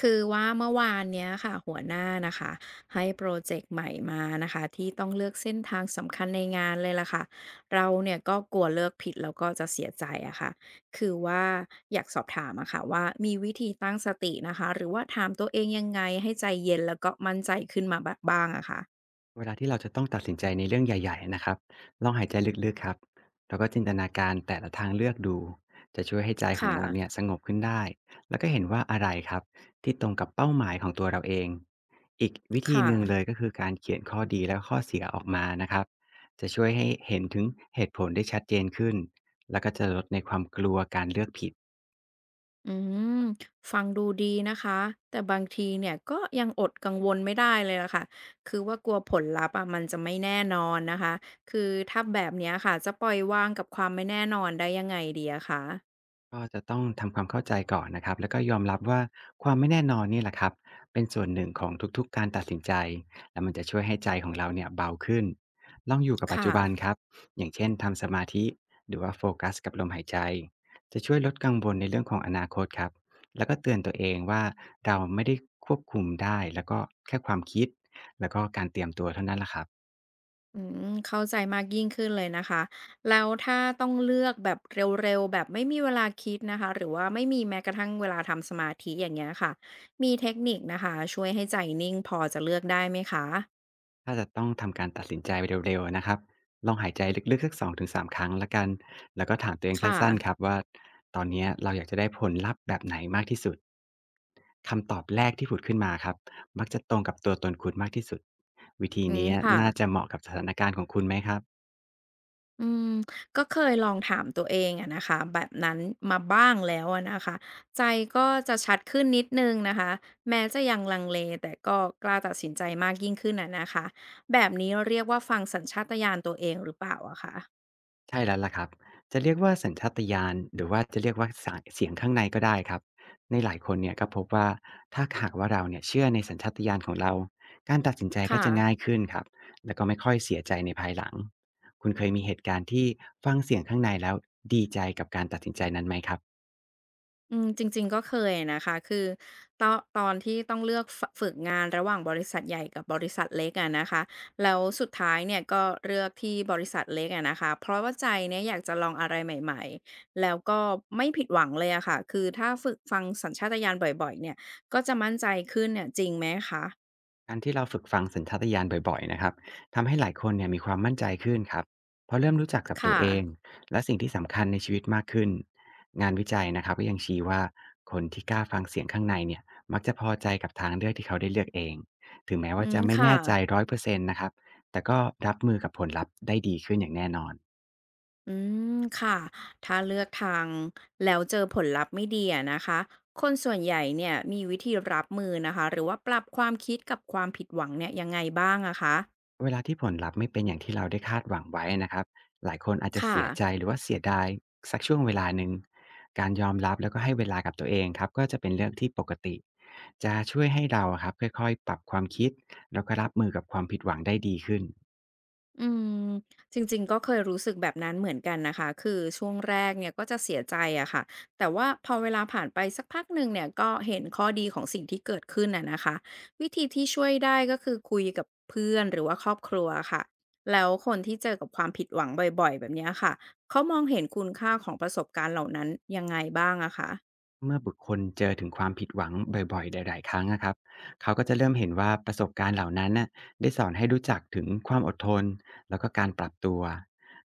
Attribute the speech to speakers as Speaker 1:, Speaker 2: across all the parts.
Speaker 1: คือว่าเมื่อวานเนี้ยค่ะหัวหน้านะคะให้โปรเจกต์ใหม่มานะคะที่ต้องเลือกเส้นทางสำคัญในงานเลยล่ะค่ะเราเนี่ยก็กลัวเลือกผิดแล้วก็จะเสียใจอะค่ะคือว่าอยากสอบถามอะค่ะว่ามีวิธีตั้งสตินะคะหรือว่าถามตัวเองยังไงให้ใจเย็นแล้วก็มั่นใจขึ้นมาบ้างอะค่ะ
Speaker 2: เวลาที่เราจะต้องตัดสินใจในเรื่องใหญ่ๆนะครับลองหายใจลึกๆครับแล้วก็จินตนาการแต่ละทางเลือกดูจะช่วยให้ใจของ
Speaker 1: ค่ะ
Speaker 2: เราเนี่ยสงบขึ้นได้แล้วก็เห็นว่าอะไรครับที่ตรงกับเป้าหมายของตัวเราเองอีกวิธี
Speaker 1: ค่ะ
Speaker 2: หนึ่งเลยก็คือการเขียนข้อดีและข้อเสียออกมานะครับจะช่วยให้เห็นถึงเหตุผลได้ชัดเจนขึ้นแล้วก็จะลดในความกลัวการเลือกผิด
Speaker 1: อืมฟังดูดีนะคะแต่บางทีเนี่ยก็ยังอดกังวลไม่ได้เลยล่ะค่ะคือว่ากลัวผลลัพธ์อะมันจะไม่แน่นอนนะคะคือถ้าแบบเนี้ยค่ะจะปล่อยวางกับความไม่แน่นอนได้ยังไงดีอะคะ
Speaker 2: ก็จะต้องทำความเข้าใจก่อนนะครับแล้วก็ยอมรับว่าความไม่แน่นอนนี่แหละครับเป็นส่วนหนึ่งของทุกๆการตัดสินใจ แล้วมันจะช่วยให้ใจของเราเนี่ยเบาขึ้นลองอยู่กับปัจ
Speaker 1: ค่ะ
Speaker 2: จุบันครับอย่างเช่นทำสมาธิหรือว่าโฟกัสกับลมหายใจ จะช่วยลดกังวลในเรื่องของอนาคตครับแล้วก็เตือนตัวเองว่าเราไม่ได้ควบคุมได้แล้วก็แค่ความคิด แล้วก็การเตรียมตัวเท่านั้นละครับ
Speaker 1: เข้าใจมากยิ่งขึ้นเลยนะคะแล้วถ้าต้องเลือกแบบเร็วๆแบบไม่มีเวลาคิดนะคะหรือว่าไม่มีแม้กระทั่งเวลาทำสมาธิอย่างเงี้ยค่ะมีเทคนิคนะคะช่วยให้ใจนิ่งพอจะเลือกได้ไหมคะ
Speaker 2: ถ้าจะต้องทำการตัดสินใจเร็วๆนะครับ ลองหายใจลึกๆสัก2-3ครั้งแล้วกัน แล้วก็ถามตัวเอง
Speaker 1: ค่ะ
Speaker 2: สั้นๆครับว่าตอนเนี้ยเราอยากจะได้ผลลัพธ์แบบไหนมากที่สุด คำตอบแรกที่ผุดขึ้นมาครับมักจะตรงกับตัวตนคุณมากที่สุด วิธี
Speaker 1: อืม
Speaker 2: เนี้ย
Speaker 1: ค่ะ
Speaker 2: น่าจะเหมาะกับสถานการณ์ของคุณไหมครับ
Speaker 1: อืมก็เคยลองถามตัวเองอะนะคะแบบนั้นมาบ้างแล้วอะนะคะใจก็จะชัดขึ้นนิดนึงนะคะแม้จะยังลังเลแต่ก็กล้าตัดสินใจมากยิ่งขึ้นอะนะคะแบบนี้เรียกว่าฟังสัญชาตญาณตัวเองหรือเปล่าอะคะ
Speaker 2: ใช่แล้วล่ะครับจะเรียกว่าสัญชาตญาณหรือว่าจะเรียกว่าสายเสียงข้างในก็ได้ครับ ในหลายคนเนี่ยก็พบว่าถ้าหากว่าเราเนี่ยเชื่อในสัญชาตญาณของเราการตัดสินใจก็จะง่า
Speaker 1: ค่ะ
Speaker 2: ยขึ้นครับแล้วก็ไม่ค่อยเสียใจในภายหลังคุณเคยมีเหตุการณ์ที่ฟังเสียงข้างในแล้วดีใจกับการตัดสินใจนั้นไหมครับ
Speaker 1: อืมจริงๆก็เคยนะคะคือตอนที่ต้องเลือกฝึกงานระหว่างบริษัทใหญ่กับบริษัทเล็กอะนะคะ แล้วสุดท้ายเนี่ยก็เลือกที่บริษัทเล็กอะนะคะ เพราะว่าใจเนี่ยอยากจะลองอะไรใหม่ๆ แล้วก็ไม่ผิดหวังเลยอะค่ะคือถ้าฝึกฟังสัญชาตญาณบ่อยๆเนี่ยก็จะมั่นใจขึ้นเนี่ยจริงไหมคะ
Speaker 2: การที่เราฝึกฟังสัญชาตญาณบ่อยๆนะครับทำให้หลายคนเนี่ยมีความมั่นใจขึ้นครับเพราะเริ่มรู้จักกับตัว
Speaker 1: ค่ะ
Speaker 2: เองและสิ่งที่สำคัญในชีวิตมากขึ้นงานวิจัยนะครับก็ยังชี้ว่าคนที่กล้าฟังเสียงข้างในเนี่ยมักจะพอใจกับทางเลือกที่เขาได้เลือกเองถึงแม้
Speaker 1: อื
Speaker 2: ว่า
Speaker 1: ม
Speaker 2: จะไม่
Speaker 1: ค่ะ
Speaker 2: แน่ใจร้อยเปอร์เซ็นต์นะครับแต่ก็รับมือกับผลลัพธ์ได้ดีขึ้นอย่างแน่นอน
Speaker 1: อืมค่ะถ้าเลือกทางแล้วเจอผลลัพธ์ไม่ดีอะนะคะคนส่วนใหญ่เนี่ยมีวิธีรับมือนะคะหรือว่าปรับความคิดกับความผิดหวังเนี่ยยังไงบ้างอะคะ
Speaker 2: เวลาที่ผลลัพธ์ไม่เป็นอย่างที่เราได้คาดหวังไว้นะครับหลายคนอาจจะ
Speaker 1: ค่ะ
Speaker 2: เสียใจหรือว่าเสียดายสักช่วงเวลาหนึ่งการยอมรับแล้วก็ให้เวลากับตัวเองครับก็จะเป็นเรื่องที่ปกติจะช่วยให้เราอะครับค่อยๆปรับความคิดแล้วก็รับมือกับความผิดหวังได้ดีขึ้น
Speaker 1: อืมจริงๆก็เคยรู้สึกแบบนั้นเหมือนกันนะคะคือช่วงแรกเนี่ยก็จะเสียใจอะค่ะแต่ว่าพอเวลาผ่านไปสักพักหนึ่งเนี่ยก็เห็นข้อดีของสิ่งที่เกิดขึ้นอะนะคะวิธีที่ช่วยได้ก็คือคุยกับเพื่อนหรือว่าครอบครัวค่ะแล้วคนที่เจอกับความผิดหวังบ่อยๆแบบเนี้ยค่ะเขามองเห็นคุณค่าของประสบการณ์เหล่านั้นยังไงบ้างอะคะ
Speaker 2: เมื่อบุคคลเจอถึงความผิดหวังบ่อยๆหลายๆครั้งนะครับเขาก็จะเริ่มเห็นว่าประสบการณ์เหล่านั้นน่ะได้สอนให้รู้จักถึงความอดทนแล้วก็การปรับตัว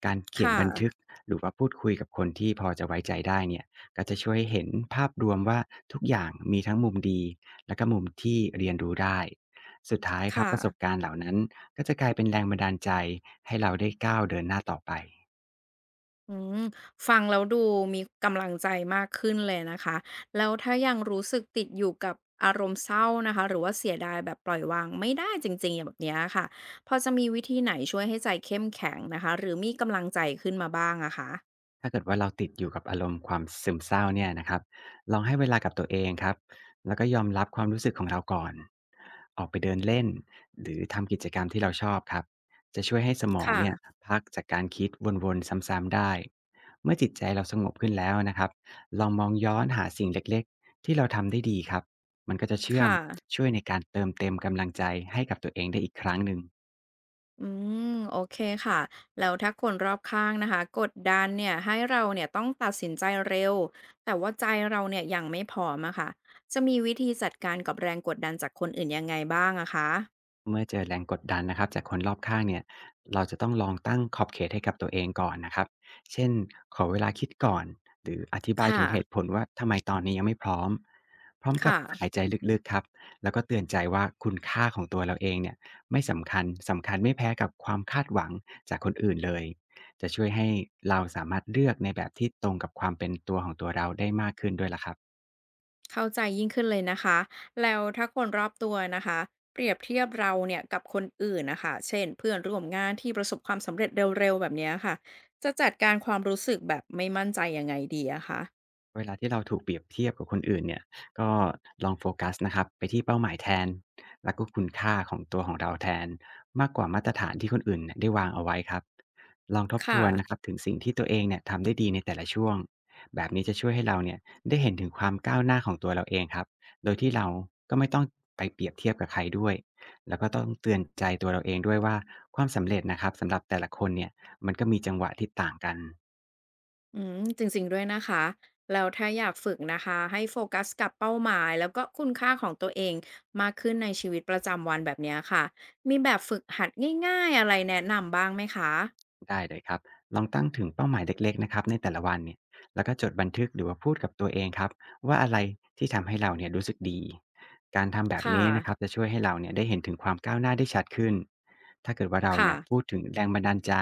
Speaker 2: การเขียน
Speaker 1: ค่ะ
Speaker 2: บันทึก หรือว่าพูดคุยกับคนที่พอจะไว้ใจได้เนี่ยก็จะช่วยให้เห็นภาพรวมว่าทุกอย่างมีทั้งมุมดีและก็มุมที่เรียนรู้ได้สุดท้ายครับ
Speaker 1: ค่ะ
Speaker 2: ประสบการณ์เหล่านั้นก็จะกลายเป็นแรงบันดาลใจให้เราได้ก้าวเดินหน้าต่อไป
Speaker 1: อืมฟังแล้วดูมีกำลังใจมากขึ้นเลยนะคะแล้วถ้ายังรู้สึกติดอยู่กับอารมณ์เศร้านะคะหรือว่าเสียดายแบบปล่อยวางไม่ได้จริงๆอย่างแบบเนี้ยค่ะพอจะมีวิธีไหนช่วยให้ใจเข้มแข็งนะคะหรือมีกำลังใจขึ้นมาบ้างอะคะ
Speaker 2: ถ้าเกิดว่าเราติดอยู่กับอารมณ์ความซึมเศร้าเนี่ยนะครับลองให้เวลากับตัวเองครับแล้วก็ยอมรับความรู้สึกของเราก่อนออกไปเดินเล่นหรือทำกิจกรรมที่เราชอบครับจะช่วยให้สมองเนี่ย
Speaker 1: ค่ะ
Speaker 2: พักจากการคิดวนๆซ้ำๆได้เมื่อจิตใจเราสงบขึ้นแล้วนะครับลองมองย้อนหาสิ่งเล็กๆที่เราทำได้ดีครับมันก็จะเชื่อม
Speaker 1: ค่ะ
Speaker 2: ช่วยในการเติมเต็มกำลังใจให้กับตัวเองได้อีกครั้งหนึ่ง
Speaker 1: อืมโอเคค่ะแล้วถ้าคนรอบข้างนะคะกดดันเนี่ยให้เราเนี่ยต้องตัดสินใจเร็วแต่ว่าใจเราเนี่ยยังไม่พร้อมอะค่ะจะมีวิธีจัดการกับแรงกดดันจากคนอื่นยังไงบ้างอะคะ
Speaker 2: เมื่อเจอแรงกดดันนะครับจากคนรอบข้างเนี่ยเราจะต้องลองตั้งขอบเขตให้กับตัวเองก่อนนะครับเช่นขอเวลาคิดก่อนหรืออธิบายถึ
Speaker 1: ค่ะ
Speaker 2: งเหตุผลว่าทำไมตอนนี้ยังไม่พร้อมพร้อมกับ
Speaker 1: ค่ะ
Speaker 2: หายใจลึกๆครับแล้วก็เตือนใจว่าคุณค่าของตัวเราเองเนี่ยไม่สำคัญสำคัญไม่แพ้กับความคาดหวังจากคนอื่นเลยจะช่วยให้เราสามารถเลือกในแบบที่ตรงกับความเป็นตัวของตัวเราได้มากขึ้นด้วยล่ะครับ
Speaker 1: เข้าใจยิ่งขึ้นเลยนะคะ แล้วถ้าคนรอบตัวนะคะเปรียบเทียบเราเนี่ยกับคนอื่นนะคะเช่นเพื่อนร่วมงานที่ประสบความสำเร็จเร็วๆแบบเนี้ยค่ะจะจัดการความรู้สึกแบบไม่มั่นใจยังไงดีอะคะ
Speaker 2: เวลาที่เราถูกเปรียบเทียบกับคนอื่นเนี่ยก็ลองโฟกัสนะครับไปที่เป้าหมายแทนแล้วก็คุณค่าของตัวของเราแทนมากกว่ามาตรฐานที่คนอื่นเนี่ยได้วางเอาไว้ครับลองทบท
Speaker 1: ค่ะ
Speaker 2: วนนะครับถึงสิ่งที่ตัวเองเนี่ยทำได้ดีในแต่ละช่วงแบบนี้จะช่วยให้เราเนี่ยได้เห็นถึงความก้าวหน้าของตัวเราเองครับโดยที่เราก็ไม่ต้องไปเปรียบเทียบกับใครด้วยแล้วก็ต้องเตือนใจตัวเราเองด้วยว่าความสำเร็จนะครับสำหรับแต่ละคนเนี่ยมันก็มีจังหวะที่ต่างกัน
Speaker 1: อืมจริงๆด้วยนะคะ แล้วถ้าอยากฝึกนะคะให้โฟกัสกับเป้าหมายแล้วก็คุณค่าของตัวเองมากขึ้นในชีวิตประจำวันแบบเนี้ยค่ะมีแบบฝึกหัดง่ายๆอะไรแนะนำบ้างไหมคะ
Speaker 2: ได้เลยครับ ลองตั้งถึงเป้าหมายเล็กๆนะครับในแต่ละวันเนี่ยแล้วก็จดบันทึกหรือว่าพูดกับตัวเองครับว่าอะไรที่ทำให้เราเนี่ยรู้สึกดี การทำแบบ
Speaker 1: ค่ะ
Speaker 2: นี้นะครับจะช่วยให้เราเนี่ยได้เห็นถึงความก้าวหน้าได้ชัดขึ้น ถ้าเกิดว่าเรา
Speaker 1: ค่ะ
Speaker 2: เนี่ยพูดถึงแรงบันดาลใจ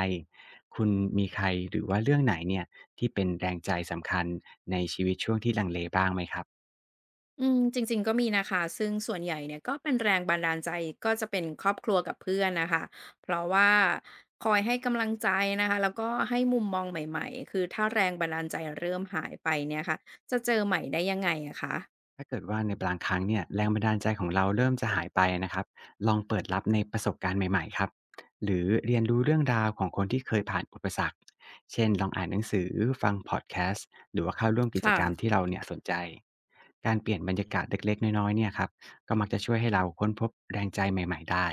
Speaker 2: คุณมีใครหรือว่าเรื่องไหนเนี่ยที่เป็นแรงใจสำคัญในชีวิตไหมครับ
Speaker 1: อืมจริงๆก็มีนะคะซึ่งส่วนใหญ่เนี่ยก็เป็นแรงบันดาลใจก็จะเป็นครอบครัวกับเพื่อนน่ะค่ะเพราะว่าคอยให้กำลังใจนะคะแล้วก็ให้มุมมองใหม่ๆคือถ้าแรงบันดาลใจเริ่มหายไปเนี่ยค่ะจะเจอใหม่ได้ยังไงอะคะ
Speaker 2: ถ้าเกิดว่าในบางครั้งเนี่ยแรงบันดาลใจของเราเริ่มจะหายไปนะครับลองเปิดรับในประสบการณ์ใหม่ๆครับหรือเรียนรู้เรื่องราวของคนที่เคยผ่านอุปสรรคเช่นลองอ่านหนังสือฟังพอดแคสต์หรือว่าเข้าร่วม
Speaker 1: ค
Speaker 2: กิจกรรมที่
Speaker 1: ่ะ
Speaker 2: เราเนี่ยสนใจการเปลี่ยนบรรยากาศเล็กๆน้อยๆเนี่ยครับก็มักจะช่วยให้เราค้นพบแรงใจใหม่ๆได้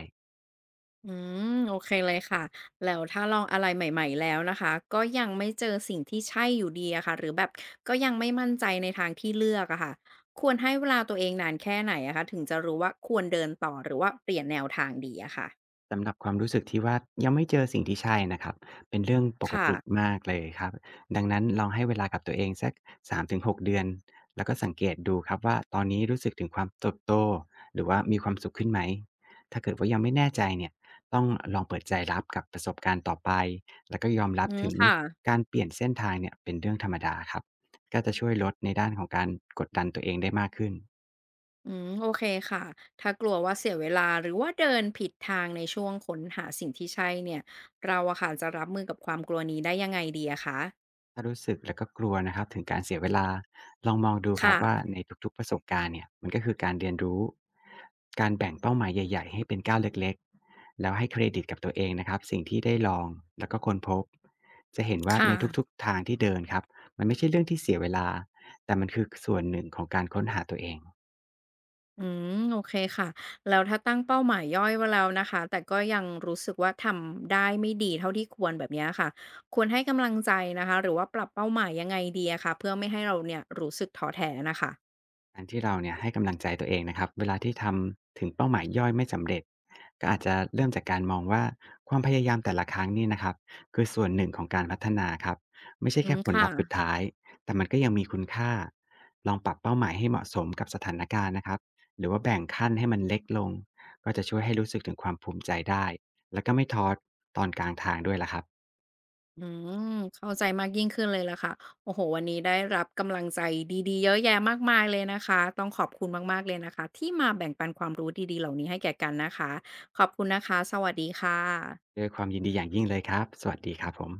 Speaker 1: อืมโอเคเลยค่ะแล้วถ้าลองอะไรใหม่ๆแล้วนะคะก็ยังไม่เจอสิ่งที่ใช่อยู่ดีอะค่ะหรือแบบก็ยังไม่มั่นใจในทางที่เลือกอะค่ะควรให้เวลาตัวเองนานแค่ไหนอะคะถึงจะรู้ว่าควรเดินต่อหรือว่าเปลี่ยนแนวทางดีอะค่ะ
Speaker 2: สำหรับความรู้สึกที่ว่ายังไม่เจอสิ่งที่ใช่นะครับเป็นเรื่องปก
Speaker 1: ค่ะ
Speaker 2: ติมากเลยครับดังนั้นลองให้เวลากับตัวเองสัก3-6เดือนแล้วก็สังเกตดูครับว่าตอนนี้รู้สึกถึงความเติบโตหรือว่ามีความสุขขึ้นไหมถ้าเกิดว่ายังไม่แน่ใจเนี่ยต้องลองเปิดใจรับกับประสบการณ์ต่อไปแล้วก็ยอมรั
Speaker 1: อื
Speaker 2: บ
Speaker 1: ม
Speaker 2: ถึง
Speaker 1: ค่ะ
Speaker 2: การเปลี่ยนเส้นทางเนี่ยเป็นเรื่องธรรมดาครับก็จะช่วยลดในด้านของการกดดันตัวเองได้มากขึ้น
Speaker 1: อืมโอเคค่ะถ้ากลัวว่าเสียเวลาหรือว่าเดินผิดทางในช่วงค้นหาสิ่งที่ใช่เนี่ยเราอะค่ะจะรับมือกับความกลัวนี้ได้ยังไงดีอะคะ
Speaker 2: ถ้ารู้สึกแล้วก็กลัวนะครับถึงการเสียเวลาลองมองดูครับว่า
Speaker 1: ค่ะ
Speaker 2: ในทุกๆประสบการณ์เนี่ยมันก็คือการเรียนรู้การแบ่งเป้าหมายใหญ่ๆให้เป็นก้าวเล็กๆแล้วให้เครดิตกับตัวเองนะครับสิ่งที่ได้ลองแล้วก็ค้นพบจะเห็นว่า
Speaker 1: ค่ะ
Speaker 2: ในทุกๆทางที่เดินครับมันไม่ใช่เรื่องที่เสียเวลาแต่มันคือส่วนหนึ่งของการค้นหาตัวเอง
Speaker 1: อืมโอเคค่ะแล้วถ้าตั้งเป้าหมายย่อยไว้แล้วนะคะแต่ก็ยังรู้สึกว่าทำได้ไม่ดีเท่าที่ควรแบบเนี้ยค่ะควรให้กำลังใจนะคะหรือว่าปรับเป้าหมายยังไงดีอะคะเพื่อไม่ให้เราเนี่ยรู้สึกท้อแท้นะคะ
Speaker 2: การที่เราเนี่ยให้กำลังใจตัวเองนะครับเวลาที่ทำถึงเป้าหมายย่อยไม่สำเร็จก็อาจจะเริ่มจากการมองว่าความพยายามแต่ละครั้งนี่นะครับคือส่วนหนึ่งของการพัฒนาครับไม่ใช่
Speaker 1: อื
Speaker 2: แค่
Speaker 1: ม
Speaker 2: ผล
Speaker 1: ค่ะ
Speaker 2: ลัพธ์สุดท้ายแต่มันก็ยังมีคุณค่าลองปรับเป้าหมายให้เหมาะสมกับสถานการณ์นะครับหรือว่าแบ่งขั้นให้มันเล็กลงก็จะช่วยให้รู้สึกถึงความภูมิใจได้แล้วก็ไม่ท้อตอนกลางทางด้วยละครับ
Speaker 1: อืเข้าใจมากยิ่งขึ้นเลยละค่ะโอ้โหวันนี้ได้รับกำลังใจดีๆเยอะแยะมากมายเลยนะคะต้องขอบคุณมากๆเลยนะคะที่มาแบ่งปันความรู้ดีๆเหล่านี้ให้แก่กันนะคะขอบคุณนะคะสวัสดีค่ะ
Speaker 2: ด้วยความยินดีอย่างยิ่งเลยครับสวัสดีครับผม